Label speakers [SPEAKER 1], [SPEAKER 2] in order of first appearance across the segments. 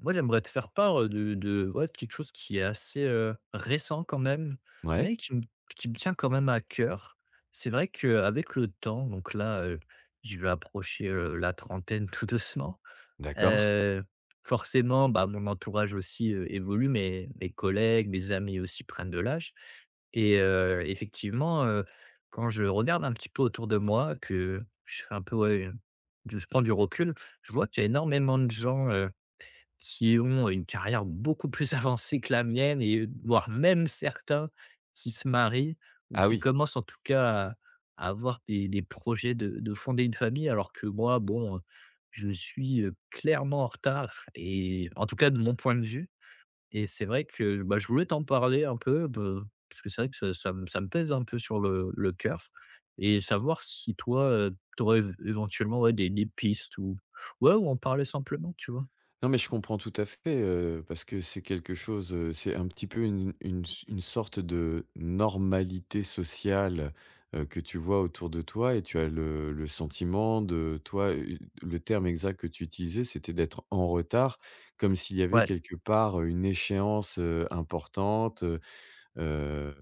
[SPEAKER 1] Moi, j'aimerais te faire part, de quelque chose qui est assez, récent quand même,
[SPEAKER 2] Ouais,
[SPEAKER 1] mais qui me tient quand même à cœur. C'est vrai qu'avec le temps, donc là, je vais approcher, la trentaine tout doucement.
[SPEAKER 2] d'accord.
[SPEAKER 1] Heu, Forcément, bah, mon entourage aussi, évolue, mes collègues, mes amis aussi prennent de l'âge et effectivement, quand je regarde un petit peu autour de moi, que je fais un peu, ouais, je prends du recul, je vois qu'il y a énormément de gens, qui ont une carrière beaucoup plus avancée que la mienne et voire même certains qui se marient ou
[SPEAKER 2] Ah
[SPEAKER 1] qui
[SPEAKER 2] oui.
[SPEAKER 1] commencent en tout cas à avoir des projets de fonder une famille, alors que moi, bon, je suis clairement en retard et en tout cas de mon point de vue. Et c'est vrai que, bah, je voulais t'en parler un peu, de parce que c'est vrai que ça me pèse un peu sur le cœur et savoir si toi, tu aurais éventuellement, ouais, des pistes ou ouais, ou en parler simplement, tu vois?
[SPEAKER 2] Non, mais je comprends tout à fait, parce que c'est quelque chose, c'est un petit peu une sorte de normalité sociale, que tu vois autour de toi et tu as le sentiment de toi, le terme exact que tu utilisais, c'était d'être en retard, comme s'il y avait
[SPEAKER 1] Ouais,
[SPEAKER 2] quelque part, une échéance, importante. Heu,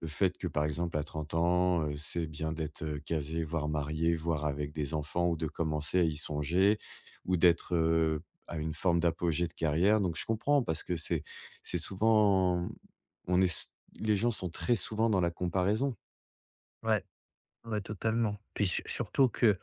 [SPEAKER 2] le fait que, par exemple, à 30 ans, c'est bien d'être, casé, voire marié, voire avec des enfants ou de commencer à y songer ou d'être, à une forme d'apogée de carrière, donc je comprends parce que c'est souvent on est s les gens sont très souvent dans la comparaison.
[SPEAKER 1] ouais, ouais, totalement. Puis su surtout que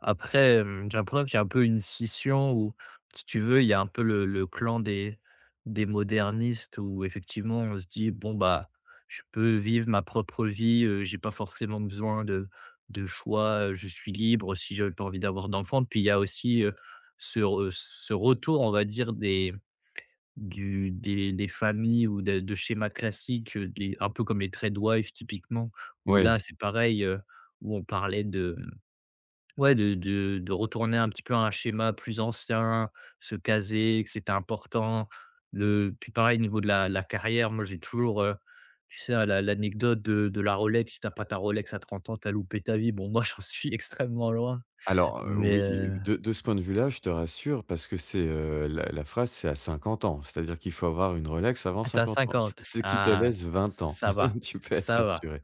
[SPEAKER 1] après, j'ai l'impression qu'il y a un peu une scission où, si tu veux, il y a un peu le clan des modernistes où effectivement on se dit: «Bon, bah, je peux vivre ma propre vie, j'ai pas forcément besoin de choix, je suis libre si j'avais pas envie d'avoir d'enfant». Puis il y a aussi, ce retour, on va dire, des du des familles ou de schémas classiques, des un peu comme les trade wives typiquement, où là,
[SPEAKER 2] Ouais.
[SPEAKER 1] c'est pareil, où on parlait de ouais, de retourner un petit peu à un schéma plus ancien, se caser, que c'était important. Le puis pareil, au niveau de la carrière, moi, j'ai toujours, tu sais, la l'anecdote de la Rolex: «Si t'as pas ta Rolex à 30 ans, t'as loupé ta vie». Bon, moi, j'en suis extrêmement loin,
[SPEAKER 2] Alors,
[SPEAKER 1] mais
[SPEAKER 2] oui, oui, de ce point de vue-là, je te rassure parce que c'est, la phrase, c'est à 50 ans, c'est-à-dire qu'il faut avoir une relaxe avant
[SPEAKER 1] ah, c'est à
[SPEAKER 2] 50 ans, ce
[SPEAKER 1] cinquante.
[SPEAKER 2] ce qui te
[SPEAKER 1] Ah,
[SPEAKER 2] laisse 20 ans.
[SPEAKER 1] ça va,
[SPEAKER 2] Tu peux être
[SPEAKER 1] ça va.
[SPEAKER 2] assuré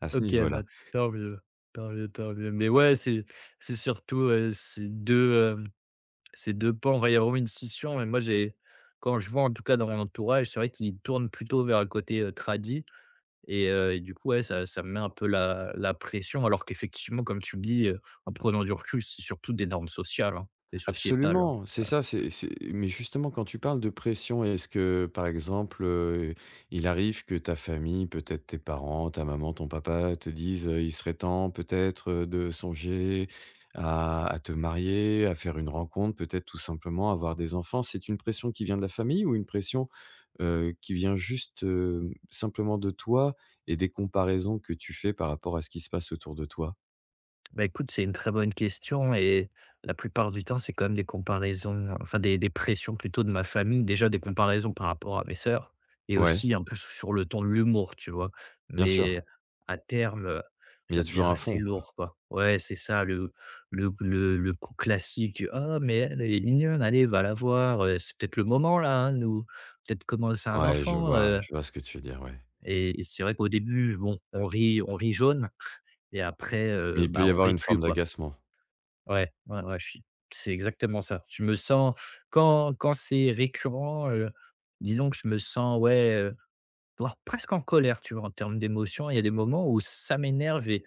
[SPEAKER 2] à ce
[SPEAKER 1] OK,
[SPEAKER 2] niveau-là.
[SPEAKER 1] bah, tant mieux, tant mieux, tant mieux, mais ouais, c'est surtout, ces 2, c'est 2 pans, enfin, va y avoir une scission. Mais moi j'ai quand je vois en tout cas dans mon entourage, c'est vrai qu'ils tournent plutôt vers le côté, tradi et du coup, ouais, ça me met un peu la pression alors qu'effectivement, comme tu le dis, en prenant du recul, c'est surtout des normes sociales, hein et sociétales, hein.
[SPEAKER 2] Absolument, c'est
[SPEAKER 1] Ouais.
[SPEAKER 2] ça, c'est mais justement, quand tu parles de pression, est-ce que par exemple, il arrive que ta famille, peut-être tes parents, ta maman, ton papa te disent, «Il serait temps peut-être, de songer à te marier, à faire une rencontre, peut-être tout simplement avoir des enfants». C'est une pression qui vient de la famille ou une pression, qui vient juste, simplement de toi et des comparaisons que tu fais par rapport à ce qui se passe autour de toi?
[SPEAKER 1] Bah, écoute, c'est une très bonne question et la plupart du temps, c'est quand même des comparaisons, enfin des pressions plutôt de ma famille. Déjà des comparaisons par rapport à mes sœurs et
[SPEAKER 2] Ouais,
[SPEAKER 1] aussi un peu sur le ton de l'humour, tu vois?
[SPEAKER 2] bien sûr,
[SPEAKER 1] Mais à terme,
[SPEAKER 2] mais il
[SPEAKER 1] ça
[SPEAKER 2] y a
[SPEAKER 1] devient
[SPEAKER 2] toujours un
[SPEAKER 1] assez
[SPEAKER 2] fond, quoi.
[SPEAKER 1] lourd, quoi. Ouais, c'est ça le le coup classique: «Oh mais elle, elle est mignonne, allez va la voir, c'est peut-être le moment là, hein, nous peut-être commencer un
[SPEAKER 2] Ouais,
[SPEAKER 1] enfant, heu».
[SPEAKER 2] je vois ce que tu veux dire, ouais.
[SPEAKER 1] Et c'est vrai qu'au début, bon, on rit jaune et après,
[SPEAKER 2] Mais il peut
[SPEAKER 1] bah,
[SPEAKER 2] y
[SPEAKER 1] on
[SPEAKER 2] avoir
[SPEAKER 1] rit
[SPEAKER 2] une
[SPEAKER 1] plus,
[SPEAKER 2] forme
[SPEAKER 1] quoi.
[SPEAKER 2] d'agacement.
[SPEAKER 1] Ouais, ouais, ouais, je suis c'est exactement ça. Je me sens quand c'est récurrent, disons que je me sens, ouais, voire presque en colère, tu vois? En termes d'émotion, il y a des moments où ça m'énerve et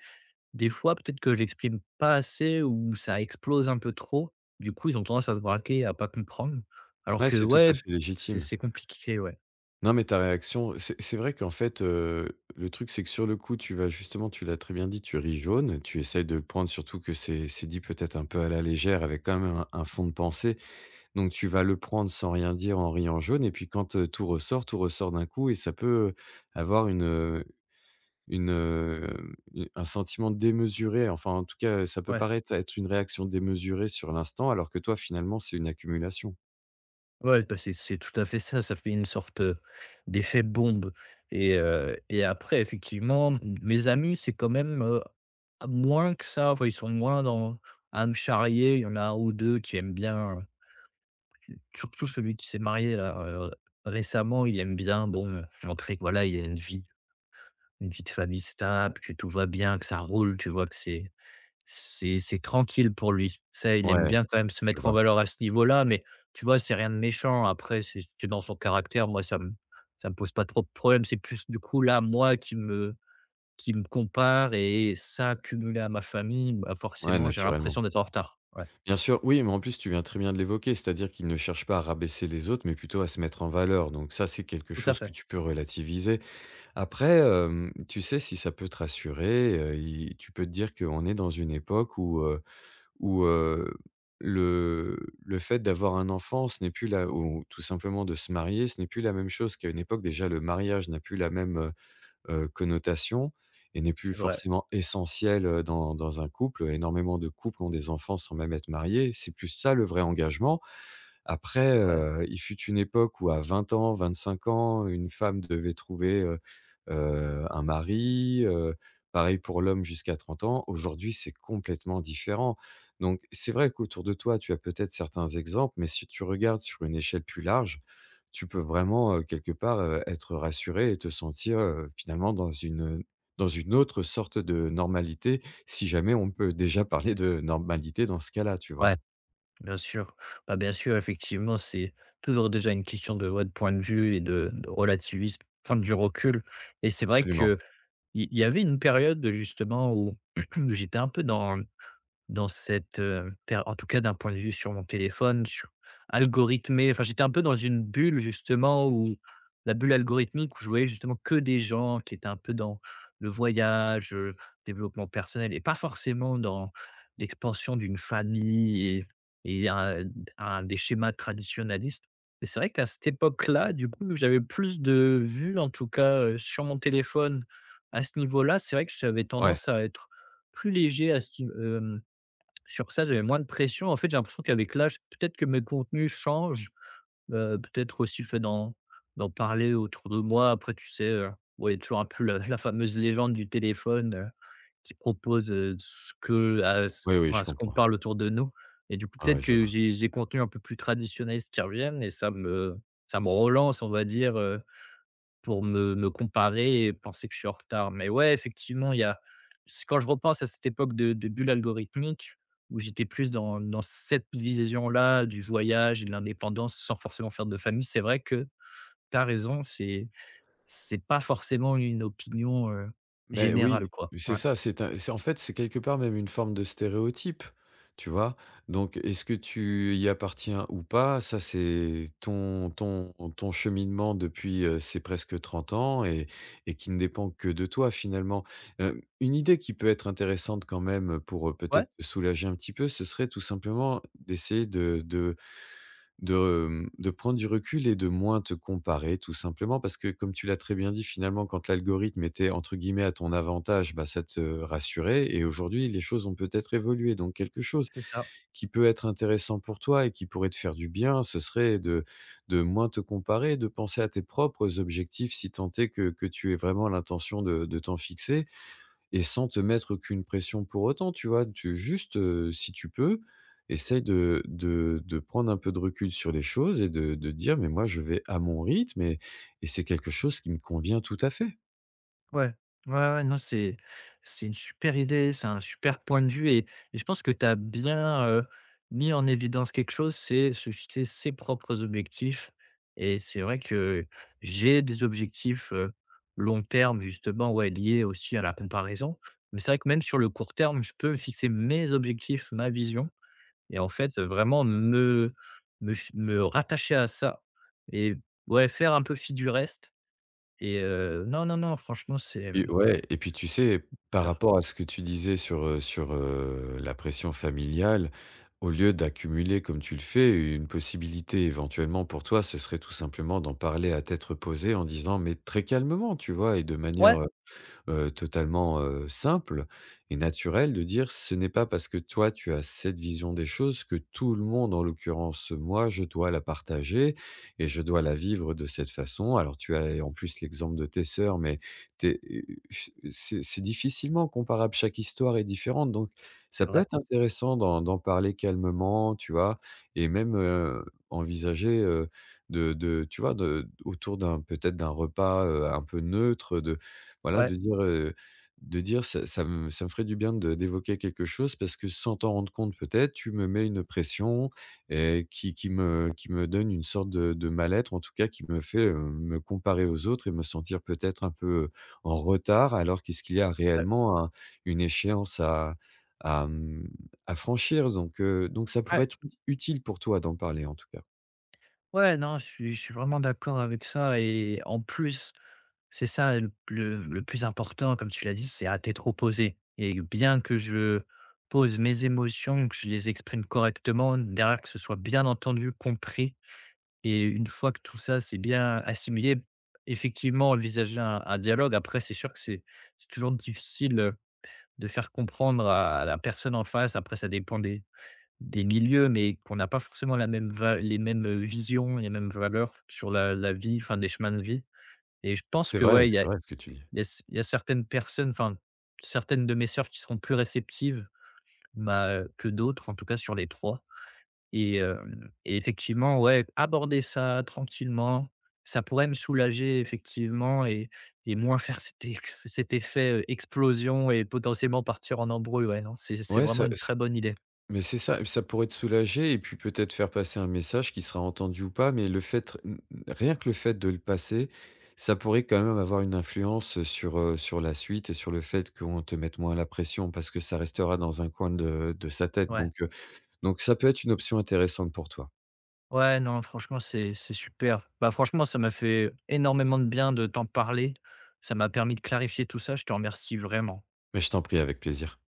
[SPEAKER 1] des fois, peut-être que je l'exprime pas assez ou ça explose un peu trop. Du coup, ils ont tendance à se braquer, à pas comprendre alors
[SPEAKER 2] Ouais,
[SPEAKER 1] que
[SPEAKER 2] c'est tout
[SPEAKER 1] ouais,
[SPEAKER 2] à fait
[SPEAKER 1] c'est
[SPEAKER 2] légitime.
[SPEAKER 1] c'est compliqué, ouais.
[SPEAKER 2] Non, mais ta réaction, c'est vrai qu'en fait, le truc, c'est que sur le coup, tu vas justement, tu l'as très bien dit, tu ris jaune, tu essayes de le prendre, surtout que c'est dit peut-être un peu à la légère, avec quand même un fond de pensée. Donc tu vas le prendre sans rien dire en riant jaune, et puis quand, tout ressort d'un coup et ça peut avoir une, u un sentiment démesuré, enfin, en tout cas, ça peut
[SPEAKER 1] Ouais.
[SPEAKER 2] paraître être une réaction démesurée sur l'instant, alors que toi, finalement, c'est une accumulation.
[SPEAKER 1] Ouais, bah, c'est tout à fait ça, ça fait une sorte, d'effet bombe et après effectivement, mes amis, c'est quand même, moins que ça, enfin, ils sont moins dans à me charrier. Il y en a un ou 2 qui aiment bien, surtout celui qui s'est marié là, récemment, il aime bien, bon, montrer que voilà, il y a une vie de famille stable, que tout va bien, que ça roule, tu vois? Que c'est tranquille pour lui. Ça, il aime
[SPEAKER 2] Ouais,
[SPEAKER 1] bien quand même se
[SPEAKER 2] je
[SPEAKER 1] mettre en
[SPEAKER 2] vois.
[SPEAKER 1] valeur à ce niveau-là, mais tu vois, c'est rien de méchant. Après, c'est dans son caractère. Moi, ça me pose pas trop de problèmes. C'est plus du coup là, moi qui me compare et ça cumulé à ma famille, bah,
[SPEAKER 2] Ouais,
[SPEAKER 1] forcément, j'ai
[SPEAKER 2] naturellement.
[SPEAKER 1] l'impression d'être en retard. Ouais,
[SPEAKER 2] Bien sûr, oui, mais en plus, tu viens très bien de l'évoquer, c'est-à-dire qu'ils ne cherchent pas à rabaisser les autres, mais plutôt à se mettre en valeur. Donc ça, c'est quelque
[SPEAKER 1] tout à
[SPEAKER 2] chose que
[SPEAKER 1] fait.
[SPEAKER 2] tu peux relativiser. Après, tu sais, si ça peut te rassurer, i tu peux te dire qu'on est dans une époque où le fait d'avoir un enfant, ce n'est plus là, ou tout simplement de se marier, ce n'est plus la même chose qu'à une époque. Déjà, le mariage n'a plus la même, connotation et n'est plus
[SPEAKER 1] C'est vrai,
[SPEAKER 2] forcément essentiel, dans un couple. Énormément de couples ont des enfants sans même être mariés. C'est plus ça, le vrai engagement. Après,
[SPEAKER 1] c'est vrai.
[SPEAKER 2] il fut une époque où à 20 ans, 25 ans, une femme devait trouver, un mari, pareil pour l'homme jusqu'à 30 ans. Aujourd'hui, c'est complètement différent. Donc c'est vrai qu'autour de toi, tu as peut-être certains exemples, mais si tu regardes sur une échelle plus large, tu peux vraiment, quelque part, être rassuré et te sentir, finalement dans une, autre sorte de normalité, si jamais on peut déjà parler de normalité dans ce cas-là, tu vois?
[SPEAKER 1] Ouais, bien sûr. Bah, bien sûr, effectivement, c'est toujours déjà une question de ouais, de point de vue et de relativisme, prendre du recul et c'est vrai
[SPEAKER 2] Absolument.
[SPEAKER 1] que il y avait une période, justement, où j'étais un peu dans cette, per en tout cas d'un point de vue sur mon téléphone, sur algorithmé, enfin, j'étais un peu dans une bulle justement où la bulle algorithmique où je voyais justement que des gens qui étaient un peu dans le voyage, développement personnel et pas forcément dans l'expansion d'une famille et et un un des schémas traditionnalistes et c'est vrai qu'à cette époque-là, du coup, j'avais plus de vues en tout cas, sur mon téléphone à ce niveau-là. C'est vrai que j'avais
[SPEAKER 2] Ouais,
[SPEAKER 1] tendance à être plus léger à ce sur ça, j'avais moins de pression. En fait, j'ai l'impression qu'avec l'âge, peut-être que mes contenus changent, peut-être aussi le fait d'en parler autour de moi. Après, tu sais, ouais, il y a toujours un peu la la fameuse légende du téléphone, qui propose, ce que à ce
[SPEAKER 2] oui, oui, je
[SPEAKER 1] enfin, ce qu'on
[SPEAKER 2] comprends.
[SPEAKER 1] parle autour de nous et du coup,
[SPEAKER 2] Ah
[SPEAKER 1] peut-être
[SPEAKER 2] ouais, je
[SPEAKER 1] que
[SPEAKER 2] vois.
[SPEAKER 1] j'ai contenus un peu plus traditionnalistes qui reviennent et ça me relance, on va dire, pour me comparer et penser que je suis en retard. Mais ouais, effectivement, il y a c quand je repense à cette époque de bulle algorithmique où j'étais plus dans cette vision-là du voyage et de l'indépendance sans forcément faire de famille, c'est vrai que tu as raison, c'est pas forcément une opinion,
[SPEAKER 2] Mais
[SPEAKER 1] générale,
[SPEAKER 2] oui,
[SPEAKER 1] quoi.
[SPEAKER 2] c'est
[SPEAKER 1] Ouais.
[SPEAKER 2] ça, c'est en fait, c'est quelque part même une forme de stéréotype, tu vois? Donc est-ce que tu y appartiens ou pas? Ça, c'est ton cheminement depuis, ces presque 30 ans, et qui ne dépend que de toi, finalement. Une idée qui peut être intéressante quand même pour,
[SPEAKER 1] Ouais,
[SPEAKER 2] peut-être te soulager un petit peu, ce serait tout simplement d'essayer De, de prendre du recul et de moins te comparer, tout simplement parce que, comme tu l'as très bien dit, finalement, quand l'algorithme était, entre guillemets, «à ton avantage», bah, ça te rassurait, et aujourd'hui les choses ont peut-être évolué. Donc quelque chose
[SPEAKER 1] c'est ça.
[SPEAKER 2] qui peut être intéressant pour toi et qui pourrait te faire du bien, ce serait de moins te comparer, de penser à tes propres objectifs, si tant est que tu aies vraiment l'intention de t'en fixer, et sans te mettre aucune pression pour autant, tu vois? Tu juste, si tu peux, essaye de prendre un peu de recul sur les choses et de dire: «Mais moi, je vais à mon rythme, et c'est quelque chose qui me convient tout à fait».
[SPEAKER 1] Ouais, ouais, ouais, non, c'est une super idée, c'est un super point de vue et je pense que tu as bien, mis en évidence quelque chose, c'est se fixer ses propres objectifs et c'est vrai que j'ai des objectifs, long terme justement, ouais, liés aussi à la comparaison. Mais c'est vrai que même sur le court terme, je peux fixer mes objectifs, ma vision et en fait, vraiment me rattacher à ça et ouais, faire un peu fi du reste et non, non, non, franchement, c'est,
[SPEAKER 2] Et
[SPEAKER 1] mmh.
[SPEAKER 2] ouais, et puis, tu sais, par
[SPEAKER 1] Super.
[SPEAKER 2] rapport à ce que tu disais sur la pression familiale, au lieu d'accumuler comme tu le fais, une possibilité éventuellement pour toi, ce serait tout simplement d'en parler à tête reposée, en disant mais très calmement, tu vois? Et de
[SPEAKER 1] Ouais,
[SPEAKER 2] manière, totalement, simple et naturel, de dire: «Ce n'est pas parce que toi tu as cette vision des choses que tout le monde, en l'occurrence moi, je dois la partager et je dois la vivre de cette façon». Alors tu as en plus l'exemple de tes sœurs, mais tu c'est difficilement comparable, chaque histoire est différente, donc
[SPEAKER 1] c'est
[SPEAKER 2] ça peut
[SPEAKER 1] vrai.
[SPEAKER 2] être intéressant d'en parler calmement, tu vois? Et même, envisager, de tu vois, de, autour d'un peut-être d'un repas, un peu neutre, de voilà,
[SPEAKER 1] Ouais,
[SPEAKER 2] de dire: «Ça me ferait du bien de d'évoquer quelque chose, parce que sans t'en rendre compte peut-être, tu me mets une pression, et qui me donne une sorte de mal-être, en tout cas qui me fait, me comparer aux autres et me sentir peut-être un peu en retard, alors qu'est-ce qu'il y a
[SPEAKER 1] ouais,
[SPEAKER 2] réellement, un une échéance à, mmh, à franchir?» Donc ça
[SPEAKER 1] ouais,
[SPEAKER 2] pourrait être utile pour toi d'en parler, en tout cas.
[SPEAKER 1] ouais, non, je suis vraiment d'accord avec ça et en plus, c'est ça le le plus important comme tu l'as dit, c'est à t'être opposé et bien que je pose mes émotions, que je les exprime correctement, derrière que ce soit bien entendu, compris. Et une fois que tout ça c'est bien assimilé, effectivement envisager un dialogue. Après c'est sûr que c'est toujours difficile, de faire comprendre à la personne en face. Après ça dépend des milieux, mais qu'on n'a pas forcément la même va les mêmes, visions, les mêmes valeurs sur la vie, enfin des chemins de vie. Et je pense que ouais,
[SPEAKER 2] C'est vrai ce que tu dis.
[SPEAKER 1] il y a il y a certaines personnes, enfin certaines de mes sœurs qui seront plus réceptives, bah, que d'autres, en tout cas sur les 3. Et hem et effectivement, ouais, aborder ça tranquillement, ça pourrait me soulager effectivement et moins faire cet ex cet effet, explosion et potentiellement partir en embrouille, ouais, non, c'est
[SPEAKER 2] Ouais,
[SPEAKER 1] vraiment
[SPEAKER 2] ça
[SPEAKER 1] une très bonne idée.
[SPEAKER 2] Mais c'est ça, ça pourrait te soulager, et puis peut-être faire passer un message qui sera entendu ou pas, mais le fait, rien que le fait de le passer, ça pourrait quand même avoir une influence sur, sur la suite et sur le fait qu'on te mette moins la pression, parce que ça restera dans un coin de sa tête.
[SPEAKER 1] Ouais.
[SPEAKER 2] Donc ça peut être une option intéressante pour toi.
[SPEAKER 1] Ouais, non, franchement, c'est super. Bah, franchement, ça m'a fait énormément de bien de t'en parler. Ça m'a permis de clarifier tout ça, je te remercie vraiment.
[SPEAKER 2] Mais je t'en prie, avec plaisir.